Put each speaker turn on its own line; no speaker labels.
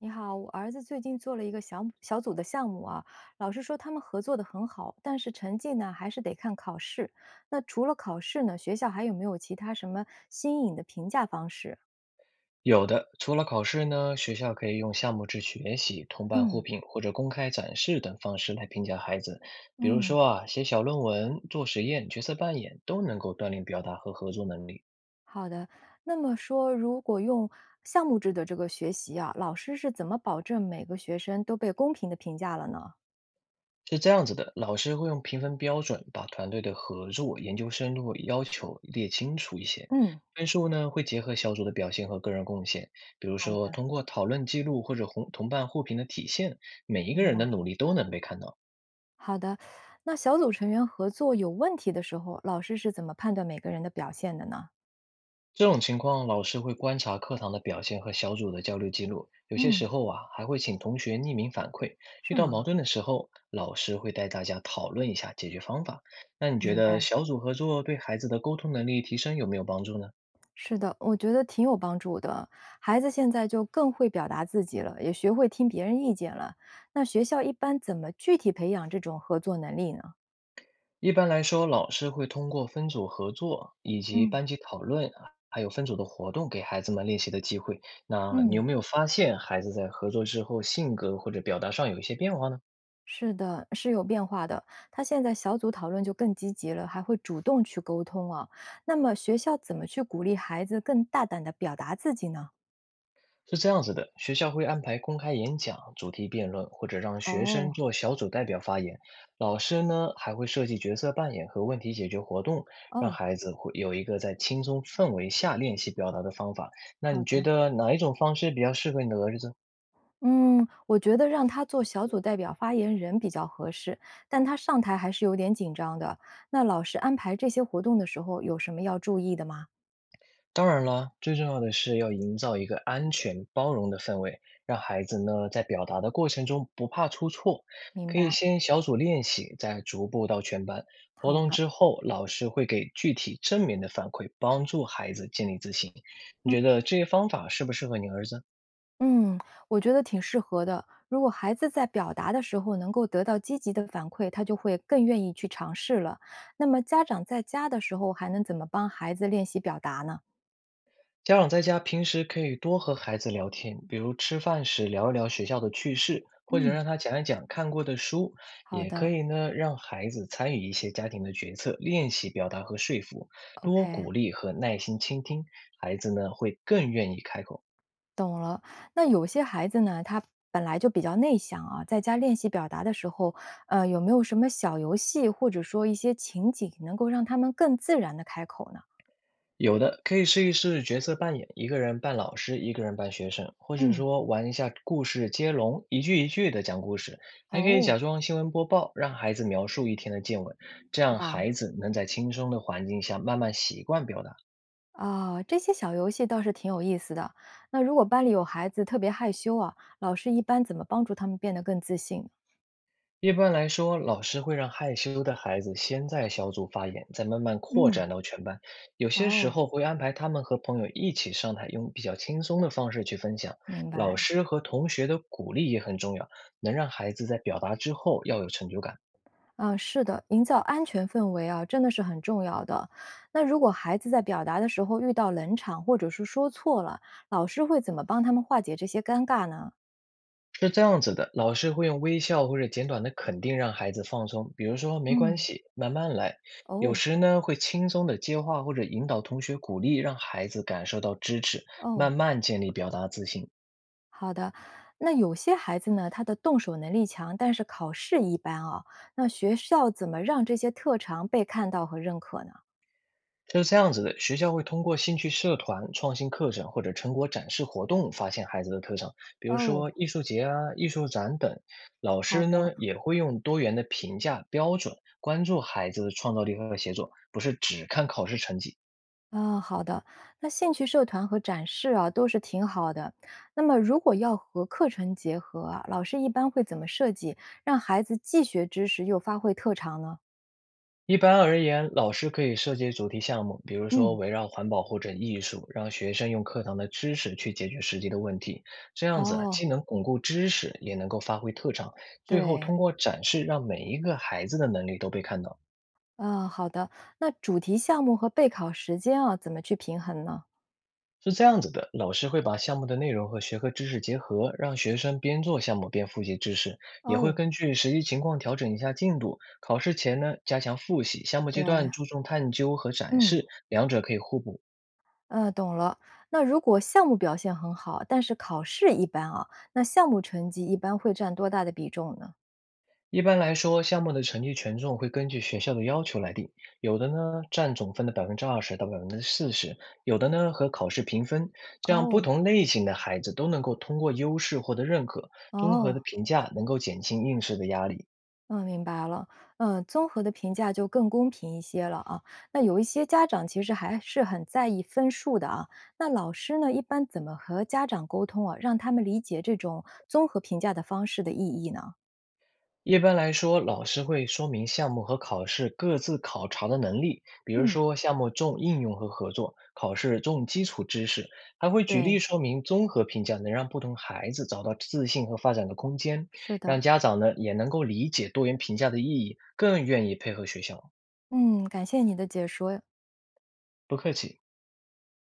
你好，我儿子最近做了一个小小组的项目啊，老师说他们合作的很好，但是成绩呢还是得看考试。那除了考试呢，学校还有没有其他什么新颖的评价方式？
有的，除了考试呢，学校可以用项目制学习、同伴互
嗯
评或者公开展示等方式来评价孩子。比如
嗯，
说啊，写小论文、做实验、角色扮演都能够锻炼表达和合作能力。
好的。那么说，如果用项目制的这个学习啊，老师是怎么保证每个学生都被公平的评价了呢？
是这样子的，老师会用评分标准把团队的合作、研究深度要求列清楚一些。
嗯，
分数呢会结合小组的表现和个人贡献，比如
好
说
的，
通过讨论记录或者同伴互评的体现，每一个
明
人的
白。
努力都能被看到。
好的，那小组成员合作有问题的时候，老师是怎么判断每个人的表现的呢？
这种情况，老师会观察课堂的表现和小组的交流记录，有些时
嗯，
候啊，还会请同学匿名反馈。遇
是
到
吗？
矛盾的时候，老师会带大家讨论一下解决方法。那你觉
明
得
白。
小组合作对孩子的沟通能力提升有没有帮助呢？
是的，我觉得挺有帮助的。孩子现在就更会表达自己了，也学会听别人意见了。那学校一般怎么具体培养这种合作能力呢？
一般来说，老师会通过分组合作以及
嗯
班级讨论，啊，还有分组的活动，给孩子们练习的机会。那你有
嗯，
没有发现孩子在合作之后性格或者表达上有一些变化呢？
是的，是有变化的。他现在小组讨论就更积极了，还会主动去沟通啊。那么学校怎么去鼓励孩子更大胆的表达自己呢？
是这样子的，学校会安排公开演讲、主题辩论，或者让学生
哦
做小组代表发言。老师呢，还会设计角色扮演和问题解决活动，让
哦，
孩子会有一个在轻松氛围下练习表达的方法。那
好
你觉
的。
得哪一种方式比较适合你的儿子呢？
嗯，我觉得让他做小组代表发言人比较合适，但他上台还是有点紧张的。那老师安排这些活动的时候，有什么要注意的吗？
当然了，最重要的是要营造一个安全、包容的氛围，让孩子呢在表达的过程中不怕出错。
明
可以
白，
先小组练习，再逐步到全班。活
好
动
的。
之后，老师会给具体正面的反馈，帮助孩子建立自信。你觉得这些方法适不适合你儿子？
嗯，我觉得挺适合的。如果孩子在表达的时候能够得到积极的反馈，他就会更愿意去尝试了。那么家长在家的时候还能怎么帮孩子练习表达呢？
家长在家平时可以多和孩子聊天，比如吃饭时聊一聊学校的趣事，或者
嗯，
让他讲一讲看过的书，
好
也可
的
以呢让孩子参与一些家庭的决策，练习表达和说服，多
，OK。
鼓励和耐心倾听，孩子呢会更愿意开口。
懂了，那有些孩子呢，他本来就比较内向啊，在家练习表达的时候，有没有什么小游戏或者说一些情景，能够让他们更自然的开口呢？
有的可以试一试角色扮演，一个人扮老师，一个人扮学生，或者
嗯，
说玩一下故事接龙，一句一句的讲故事，还可以
哦，
假装新闻播报，让孩子描述一天的见闻，这
是
样
吧？
孩子能在轻松的环境下慢慢习惯表达。
啊，这些小游戏倒是挺有意思的。那如果班里有孩子特别害羞啊，老师一般怎么帮助他们变得更自信？
一般来说，老师会让害羞的孩子先在小组发言，再慢慢扩
嗯，
展到全班。有些时
哦，
候会安排他们和朋友一起上台，用比较轻松的方式去分享。
明
老
白。
师和同学的鼓励也很重要，能让孩子在表达之后要有成就感。
啊，是的，营造安全氛围啊，真的是很重要的。那如果孩子在表达的时候遇到冷场，或者是说错了，老师会怎么帮他们化解这些尴尬呢？
是这样子的，老师会用微笑或者简短的肯定让孩子放松，比如说“没关
嗯，
系，慢慢来”。有
哦
时呢，会轻松的接话或者引导同学鼓励，让孩子感受到支持，
哦，
慢慢建立表达自信。
好的。那有些孩子呢，他的动手能力强，但是考试一般啊。那学校怎么让这些特长被看到和认可呢？
就是这样子的，学校会通过兴趣社团、创新课程或者成果展示活动，发现孩子的特长，比如
哦，
说艺术节啊、艺术展等。老
好
师呢
的。
也会用多元的评价标准，关注孩子的创造力和协作，不是只看考试成绩。
啊，好的。那兴趣社团和展示啊，都是挺好的。那么，如果要和课程结合啊，老师一般会怎么设计，让孩子既学知识又发挥特长呢？
一般而言，老师可以设计主题项目，比如说
嗯，
围绕环保或者艺术，让学生用课堂的知识去解决实际的问题。这样子啊
哦，
既能巩固知识，也能够发挥特长，最后
对，
通过展示让每一个孩子的能力都被看到。
啊，好的。那主题项目和备考时间啊，怎么去平衡呢？
是这样子的，老师会把项目的内容和学科知识结合，让学生边做项目边复习知识，也会
哦，
根据实际情况调整一下进度。考试前呢，加强复习，项目阶
对，
段注重探究和展
嗯，
示，两者可以互补。
懂了。那如果项目表现很好，但是考试一般啊，那项目成绩一般会占多大的比重呢？
一般来说，项目的成绩权重会根据学校的要求来定，有的呢占总分的20%到40%，有的呢和考试评分，这样不
哦，
同类型的孩子都能够通过优势获得认可，综合
哦。
的评价能够减轻应试的压力。
嗯，明白了。嗯，综合的评价就更公平一些了啊。那有一些家长其实还是很在意分数的啊。那老师呢，一般怎么和家长沟通啊，让他们理解这种综合评价的方式的意义呢？
一般来说，老师会说明项目和考试各自考察的能力，比如
嗯，
说项目重应用和合作，考试重基础知识，还会举
对，
例说明综合评价能让不同孩子找到自信和发展的空间，
是的。
让家长呢也能够理解多元评价的意义，更愿意配合学校。
嗯，感谢你的解说。
不客气。